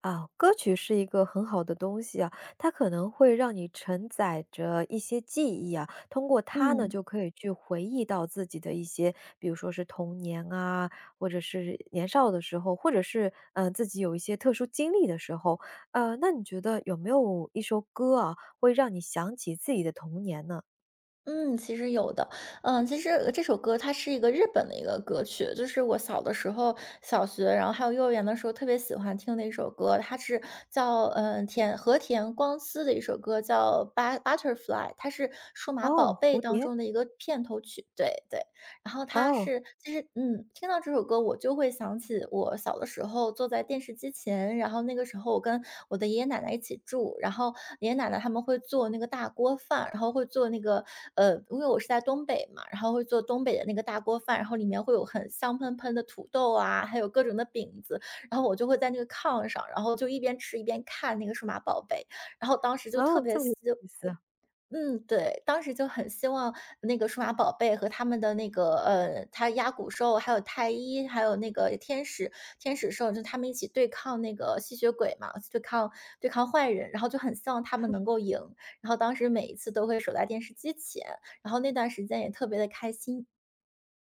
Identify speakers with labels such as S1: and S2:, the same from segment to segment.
S1: 啊，歌曲是一个很好的东西啊，它可能会让你承载着一些记忆啊，通过它呢，就
S2: 嗯
S1: 可以去回忆到自己的一些，比如说是童年啊，或者是年少的时候，或者是自己有一些特殊经历的时候，那你觉得有没有一首歌啊，会让你想起自己的童年呢？
S2: 嗯，其实有的，其实这首歌它是一个日本的一个歌曲，就是我小的时候，小学，然后还有幼儿园的时候特别喜欢听的一首歌，它是叫田和田光司的一首歌，叫Butterfly》，它是《数码宝
S1: 哦，蝴
S2: 贝》当
S1: 蝶，
S2: 中的一个片头曲，对对。然后它
S1: 哦
S2: 是其实听到这首歌我就会想起我小的时候坐在电视机前，然后那个时候我跟我的爷爷奶奶一起住，然后爷爷奶奶他们会做那个大锅饭，然后会做那个因为我是在东北嘛，然后会做东北的那个大锅饭，然后里面会有很香喷喷的土豆啊，还有各种的饼子，然后我就会在那个炕上，然后就一边吃一边看那个数码宝贝，然后当时就特
S1: 哦，
S2: 别
S1: 这么有
S2: 希
S1: 意思。
S2: 嗯，对，当时就很希望那个数码宝贝和他们的那个它鸭骨兽，还有太一，还有那个天使兽，就他们一起对抗那个吸血鬼嘛，对抗坏人，然后就很希望他们能够赢。然后当时每一次都会守在电视机前，然后那段时间也特别的开心。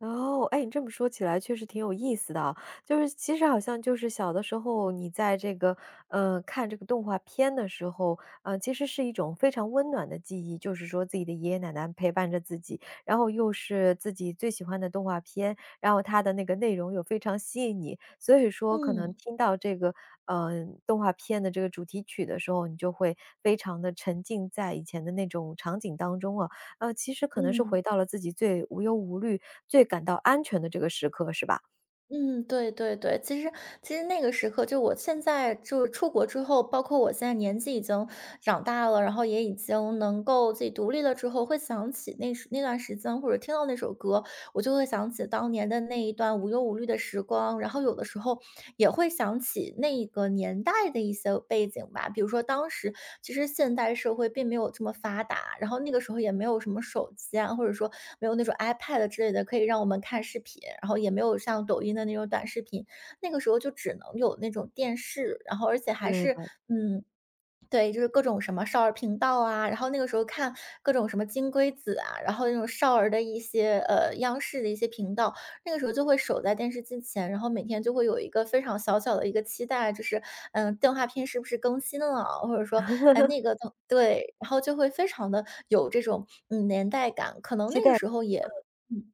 S1: 哦，哎，你这么说起来确实挺有意思的啊，就是其实好像就是小的时候，你在这个，看这个动画片的时候，其实是一种非常温暖的记忆，就是说自己的爷爷奶奶陪伴着自己，然后又是自己最喜欢的动画片，然后它的那个内容又非常吸引你，所以说可能
S2: 嗯
S1: 听到这个，嗯，动画片的这个主题曲的时候，你就会非常的沉浸在以前的那种场景当中啊。其实可能是回
S2: 嗯。
S1: 到了自己最无忧无虑、最感到安全的这个时刻，是吧？
S2: 嗯，对对对，其实那个时刻，就我现在就出国之后，包括我现在年纪已经长大了，然后也已经能够自己独立了之后，会想起那段时间，或者听到那首歌，我就会想起当年的那一段无忧无虑的时光，然后有的时候也会想起那个年代的一些背景吧。比如说当时其实现代社会并没有这么发达，然后那个时候也没有什么手机啊，或者说没有那种 iPad 之类的可以让我们看视频，然后也没有像抖音的那种短视频，那个时候就只能有那种电视，然后而且还
S1: 对
S2: 是
S1: 的，
S2: 嗯对，就是各种什么少儿频道啊，然后那个时候看各种什么金龟子啊，然后那种少儿的一些央视的一些频道，那个时候就会守在电视机前，然后每天就会有一个非常小小的一个期待，就是动画片是不是更新了，或者说哎那个动对，然后就会非常的有这种年代感，可能
S1: 期
S2: 那个
S1: 待
S2: 时候也。嗯。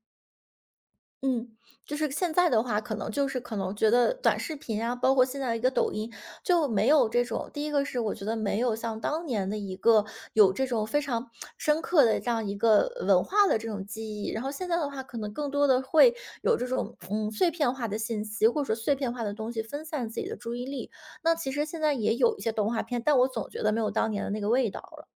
S2: 嗯，就是现在的话，可能就是可能觉得短视频啊，包括现在的一个抖音，就没有这种第一个是我觉得没有像当年的一个有这种非常深刻的这样一个文化的这种记忆，然后现在的话，可能更多的会有这种碎片化的信息，或者说碎片化的东西分散自己的注意力。那其实现在也有一些动画片，但我总觉得没有当年的那个味道了。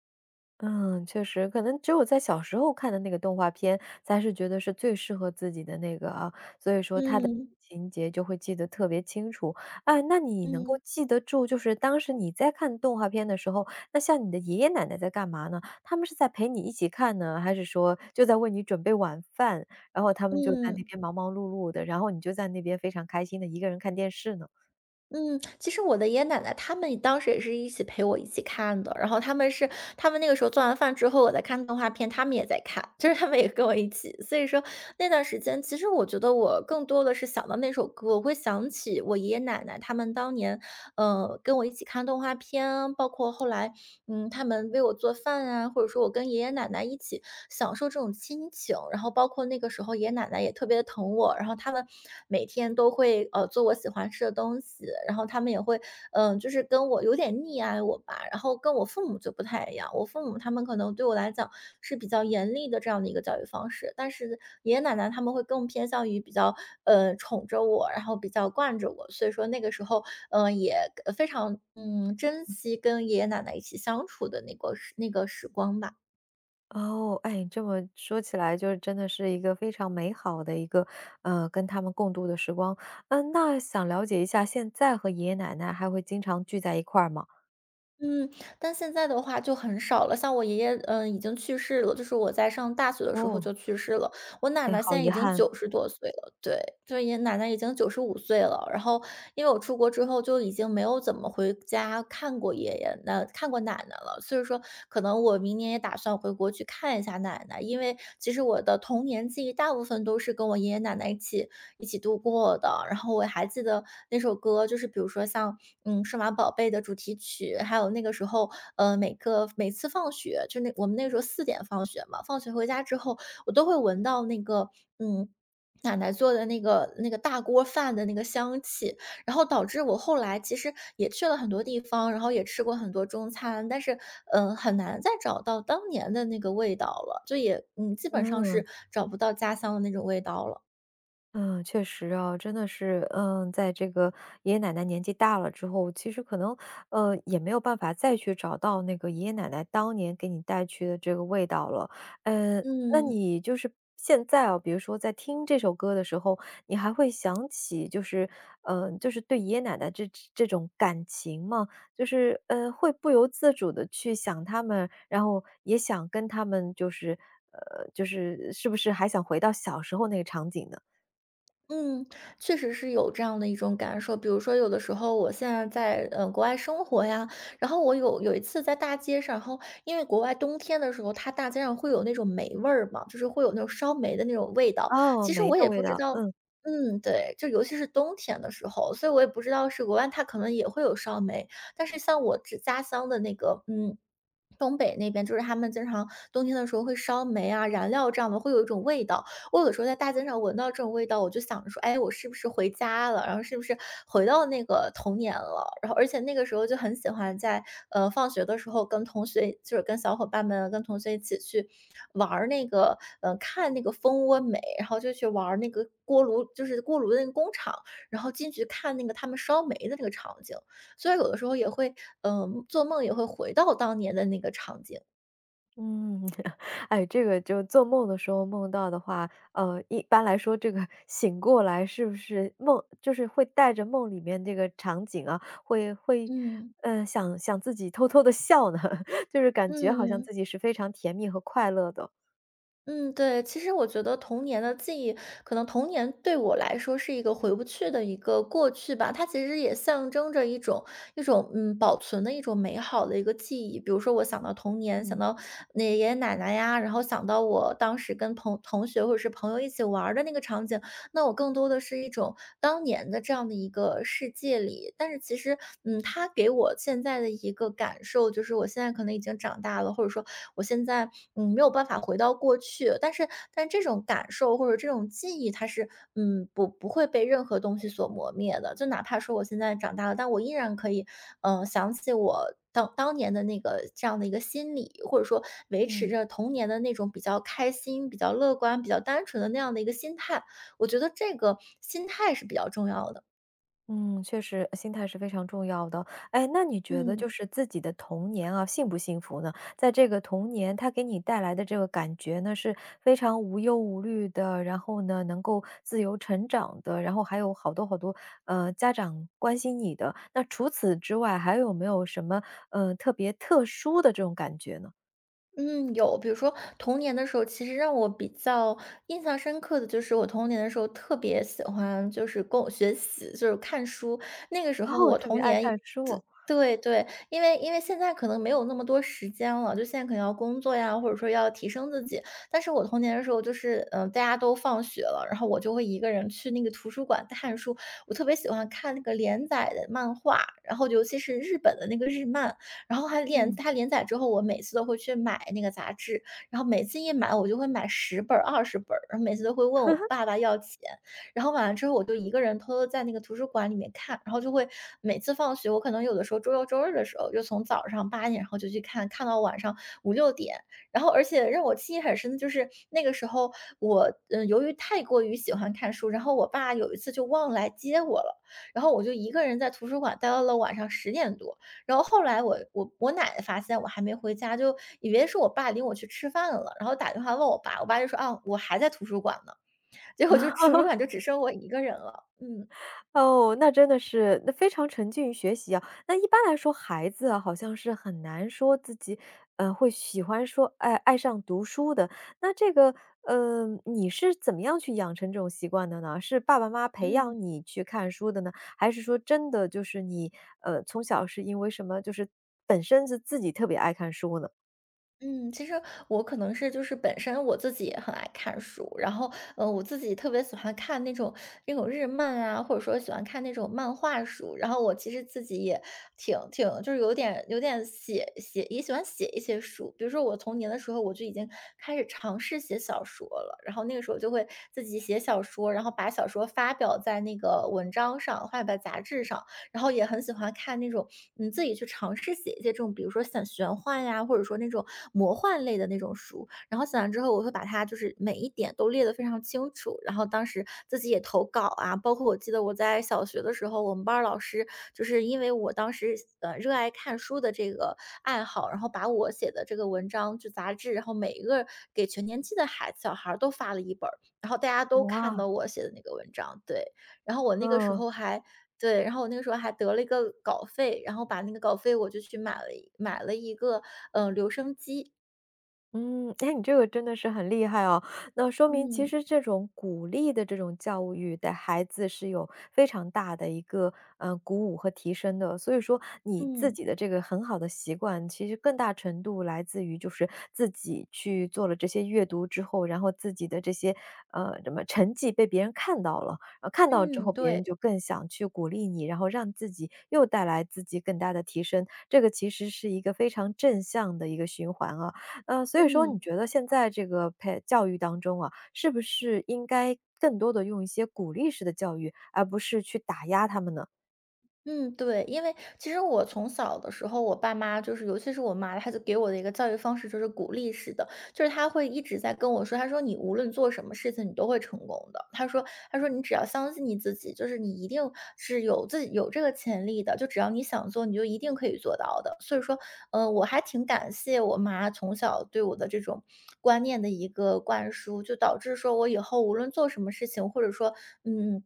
S1: 嗯，确实，可能只有在小时候看的那个动画片，才是觉得是最适合自己的那个啊，所以说它的
S2: 嗯
S1: 情节就会记得特别清楚。啊。那你能够
S2: 嗯
S1: 记得住，就是当时你在看动画片的时候，那像你的爷爷奶奶在干嘛呢？他们是在陪你一起看呢，还是说就在为你准备晚饭，然后他们就在那
S2: 嗯。
S1: 边忙忙碌碌的，然后你就在那边非常开心的一个人看电视呢？
S2: 嗯，其实我的爷爷奶奶他们当时也是一起陪我一起看的，然后他们那个时候做完饭之后，我在看动画片，他们也在看，就是他们也跟我一起。所以说那段时间，其实我觉得我更多的是想到那首歌，我会想起我爷爷奶奶他们当年，跟我一起看动画片，包括后来他们为我做饭啊，或者说我跟爷爷奶奶一起享受这种亲情。然后包括那个时候爷爷奶奶也特别地疼我，然后他们每天都会，做我喜欢吃的东西，然后他们也会，就是跟我有点溺爱我吧，然后跟我父母就不太一样。我父母他们可能对我来讲是比较严厉的这样的一个教育方式，但是爷爷奶奶他们会更偏向于比较宠着我，然后比较惯着我，所以说那个时候也非常珍惜跟爷爷奶奶一起相处的那个时光吧。
S1: 哦，哎，这么说起来就是真的是一个非常美好的一个，跟他们共度的时光。嗯，那想了解一下，现在和爷爷奶奶还会经常聚在一块儿吗？
S2: 嗯，但现在的话就很少了。像我爷爷，已经去世了，就是我在上大学的时候就
S1: 哦，
S2: 去世了。我奶
S1: 哎，
S2: 奶现
S1: 好
S2: 在
S1: 遗
S2: 已经
S1: 憾，
S2: 90多岁了。对，就是爷爷奶奶已经95岁了，然后因为我出国之后就已经没有怎么回家看过爷爷那看过奶奶了，所以说可能我明年也打算回国去看一下奶奶，因为其实我的童年记忆大部分都是跟我爷爷奶奶一起度过的，然后我还记得那首歌，就是比如说像，数码宝贝》的主题曲，还有那个时候，每次放学，就那我们那个时候4点放学嘛，放学回家之后，我都会闻到那个，嗯，奶奶做的那个大锅饭的那个香气，然后导致我后来其实也去了很多地方，然后也吃过很多中餐，但是，很难再找到当年的那个味道了，就也基本上
S1: 嗯。
S2: 是找不到家乡的那种味道了。
S1: 嗯，确实啊，真的是，嗯，在这个爷爷奶奶年纪大了之后，其实可能，也没有办法再去找到那个爷爷奶奶当年给你带去的这个味道了。嗯，那
S2: 嗯。
S1: 你就是现在啊，比如说在听这首歌的时候，你还会想起，就是，嗯、就是对爷爷奶奶这种感情吗？就是，会不由自主的去想他们，然后也想跟他们，就是，就是是不是还想回到小时候那个场景呢？
S2: 嗯，确实是有这样的一种感受。比如说，有的时候我现在在国外生活呀，然后我有一次在大街上，然后因为国外冬天的时候，它大街上会有那种霉味儿嘛，就是会有那种烧煤的那种味道。
S1: 哦，
S2: 其实
S1: 梅
S2: 我
S1: 的
S2: 也
S1: 味
S2: 不知
S1: 道，
S2: 道，
S1: 嗯。
S2: 嗯，对，就尤其是冬天的时候，所以我也不知道是国外它可能也会有烧煤，但是像我这家乡的那个，嗯。东北那边，就是他们经常冬天的时候会烧煤啊、燃料这样的，会有一种味道。我有的时候在大街上闻到这种味道，我就想着说，哎，我是不是回家了？然后是不是回到那个童年了？然后而且那个时候就很喜欢在放学的时候跟同学，就是跟小伙伴们、跟同学一起去玩儿那个，看那个蜂窝煤，然后就去玩儿那个锅炉，就是锅炉的那个工厂，然后进去看那个他们烧煤的那个场景。所以有的时候也会，做梦也会回到当年的那个场景。
S1: 嗯，哎，这个就做梦的时候梦到的话，一般来说这个 醒过来是不是梦就是会带着梦里面这个场景啊，会，
S2: 嗯。
S1: 嗯，想想自己偷偷的笑呢，就是感觉好像
S2: 嗯。
S1: 自己是非常甜蜜和快乐的。
S2: 嗯，对，其实我觉得童年的记忆，可能童年对我来说是一个回不去的一个过去吧，它其实也象征着一种保存的一种美好的一个记忆。比如说，我想到童年，想
S1: 嗯
S2: 到那爷爷奶奶呀，然后想到我当时跟同学或者是朋友一起玩儿的那个场景，那我更多的是一种当年的这样的一个世界里。但是其实，它给我现在的一个感受就是，我现在可能已经长大了，或者说我现在，没有办法回到过去，但这种感受或者这种记忆，它是，不会被任何东西所磨灭的。就哪怕说我现在长大了，但我依然可以，想起我当年的那个这样的一个心理，或者说维持
S1: 嗯。
S2: 着童年的那种比较开心、比较乐观、比较单纯的那样的一个心态。我觉得这个心态是比较重要的。
S1: 嗯，确实，心态是非常重要的。哎，那你觉得就
S2: 嗯。
S1: 是自己的童年啊，幸不幸福呢？在这个童年，它给你带来的这个感觉呢，是非常无忧无虑的，然后呢，能够自由成长的，然后还有好多好多，家长关心你的。那除此之外，还有没有什么，特别特殊的这种感觉呢？
S2: 嗯，有，比如说童年的时候，其实让我比较印象深刻的就是我童年的时候特别喜欢，就是跟我学习，就是看书。那个时候
S1: 哦，
S2: 我
S1: 特
S2: 童
S1: 别爱
S2: 年，
S1: 看书哦
S2: 对对对，因为现在可能没有那么多时间了，就现在可能要工作呀，或者说要提升自己。但是我童年的时候，就是大家都放学了，然后我就会一个人去那个图书馆看书。我特别喜欢看那个连载的漫画，然后尤其是日本的那个日漫。然后
S1: 嗯。
S2: 它连载之后，我每次都会去买那个杂志，然后每次一买我就会买十本儿20本儿，然后每次都会问我爸爸要钱。然后买完之后我就一个人偷偷在那个图书馆里面看，然后就会每次放学，我可能有的时候周六周日的时候，就从早上8点，然后就去看，看到晚上5、6点。然后而且让我记忆很深的就是那个时候我，由于太过于喜欢看书，然后我爸有一次就忘了来接我了，然后我就一个人在图书馆待到了晚上10点多。然后后来我奶奶发现我还没回家，就以为是我爸领我去吃饭了，然后打电话问我爸，我爸就说：“啊，我还在图书馆呢。”结果就图书馆就只剩我一个人了。嗯
S1: 哦，那真的是，那非常沉浸于学习啊。那一般来说，孩子啊，好像是很难说自己，会喜欢说，爱上读书的。那这个，你是怎么样去养成这种习惯的呢？是爸爸妈妈培养
S2: 嗯。
S1: 你去看书的呢？还是说真的就是你，从小是因为什么，就是本身是自己特别爱看书呢？
S2: 嗯，其实我可能是就是本身我自己也很爱看书，然后我自己特别喜欢看那种日漫啊，或者说喜欢看那种漫画书。然后我其实自己也挺就是有点也喜欢写一些书，比如说我童年的时候我就已经开始尝试写小说了，然后那个时候就会自己写小说，然后把小说发表在那个文章上，发表在杂志上。然后也很喜欢看那种，自己去尝试写一些这种，比如说像玄幻呀，或者说那种魔幻类的那种书。然后写完之后，我会把它就是每一点都列得非常清楚。然后当时自己也投稿啊，包括我记得我在小学的时候，我们班儿老师就是因为我当时热爱看书的这个爱好，然后把我写的这个文章就杂志，然后每一个给全年级的孩子小孩儿都发了一本儿，然后大家都看
S1: 哇，
S2: 到我写的那个文章，对。然后我那个时
S1: 嗯。
S2: 候还对，然后我那个时候还得了一个稿费，然后把那个稿费我就去买了一个，留声机。
S1: 嗯，哎，你这个真的是很厉害哦。那说明其
S2: 嗯，
S1: 实这种鼓励的这种教育，的孩子是有非常大的一个鼓舞和提升的。所以说你自
S2: 嗯，
S1: 己的这个很好的习惯，其实更大程度来自于就是自己去做了这些阅读之后，然后自己的这些什么成绩被别人看到了，看到之后
S2: 嗯，
S1: 别人
S2: 对，
S1: 就更想去鼓励你，然后让自己又带来自己更大的提升。这个其实是一个非常正向的一个循环啊。所以说你
S2: 嗯。
S1: 觉得现在这个培教育当中啊，是不是应该更多的用一些鼓励式的教育，而不是去打压他们呢？
S2: 嗯，对，因为其实我从小的时候，我爸妈就是，尤其是我妈，她就给我的一个教育方式就是鼓励式的，就是她会一直在跟我说，她说你无论做什么事情，你都会成功的。她说你只要相信你自己，就是你一定是有自己有这个潜力的，就只要你想做，你就一定可以做到的。所以说，我还挺感谢我妈从小对我的这种观念的一个灌输，就导致说我以后无论做什么事情，或者说，嗯。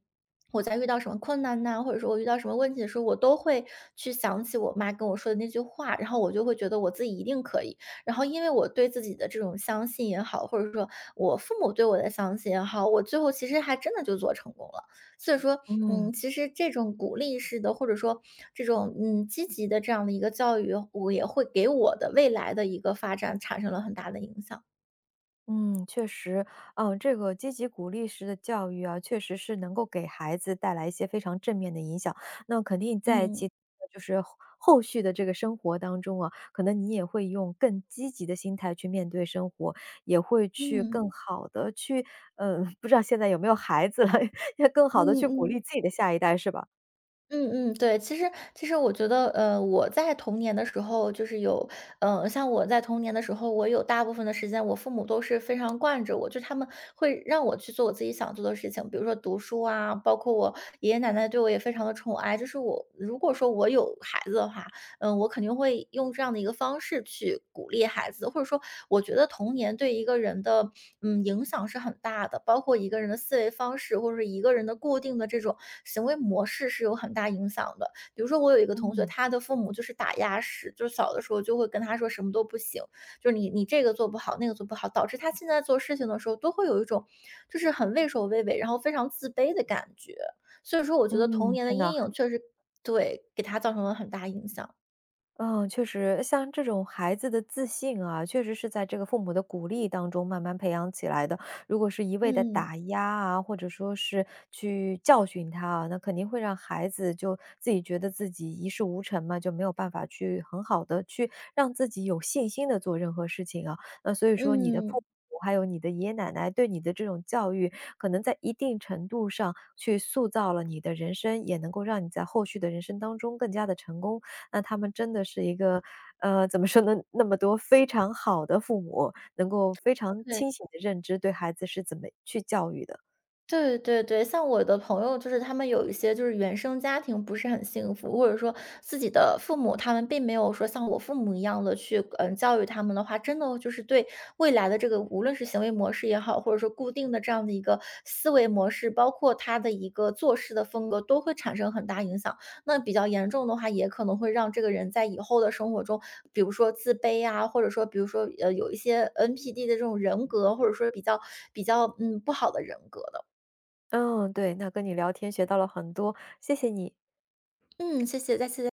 S2: 我在遇到什么困难呐，或者说我遇到什么问题的时候，我都会去想起我妈跟我说的那句话，然后我就会觉得我自己一定可以。然后因为我对自己的这种相信也好，或者说我父母对我的相信也好，我最后其实还真的就做成功了。所以说，
S1: 嗯。
S2: 其实这种鼓励式的，或者说这种积极的这样的一个教育，我也会给我的未来的一个发展产生了很大的影响。
S1: 嗯，确实，嗯，这个积极鼓励式的教育啊，确实是能够给孩子带来一些非常正面的影响。那肯定在其
S2: 嗯
S1: 就是后续的这个生活当中啊，可能你也会用更积极的心态去面对生活，也会去
S2: 嗯
S1: 更好的去嗯，不知道现在有没有孩子了，要更
S2: 嗯
S1: 好的去鼓
S2: 嗯。
S1: 励自己的下一代，是吧？
S2: 嗯嗯，对，其实我觉得，我在童年的时候，就是有，像我在童年的时候，我有大部分的时间，我父母都是非常惯着我，就他们会让我去做我自己想做的事情，比如说读书啊，包括我爷爷奶奶对我也非常的宠爱，就是我如果说我有孩子的话，我肯定会用这样的一个方式去鼓励孩子，或者说我觉得童年对一个人的影响是很大的，包括一个人的思维方式，或者是一个人的固定的这种行为模式是有很大影响的。比如说我有一个同学，
S1: 嗯。
S2: 他的父母就是打压式，就是小的时候就会跟他说什么都不行，就是你这个做不好，那个做不好，导致他现在做事情的时候都会有一种就是很畏首畏尾，然后非常自卑的感觉。所以说，我觉得童
S1: 嗯，
S2: 年的
S1: 真的。
S2: 阴影确实对给他造成了很大影响。
S1: 嗯，确实，像这种孩子的自信啊，确实是在这个父母的鼓励当中慢慢培养起来的。如果是一味的
S2: 嗯，
S1: 打压啊，或者说是去教训他啊，那肯定会让孩子就自己觉得自己一事无成嘛，就没有办法去很好的去让自己有信心的做任何事情啊。那所以说，你的父
S2: 嗯，
S1: 母还有你的爷爷奶奶对你的这种教育，可能在一定程度上去塑造了你的人生，也能够让你在后续的人生当中更加的成功。那他们真的是一个，怎么说呢，那么多非常好的父母，能够非常
S2: 对，
S1: 清醒的认知对孩子是怎么去教育的。
S2: 对对对，像我的朋友，就是他们有一些就是原生家庭不是很幸福，或者说自己的父母他们并没有说像我父母一样的去教育他们的话，真的就是对未来的这个无论是行为模式也好，或者说固定的这样的一个思维模式，包括他的一个做事的风格，都会产生很大影响。那比较严重的话，也可能会让这个人在以后的生活中，比如说自卑啊，或者说比如说有一些 NPD 的这种人格，或者说比较不好的人格的。
S1: 嗯，对，那跟你聊天学到了很多，谢谢你。
S2: 嗯，谢谢，再次。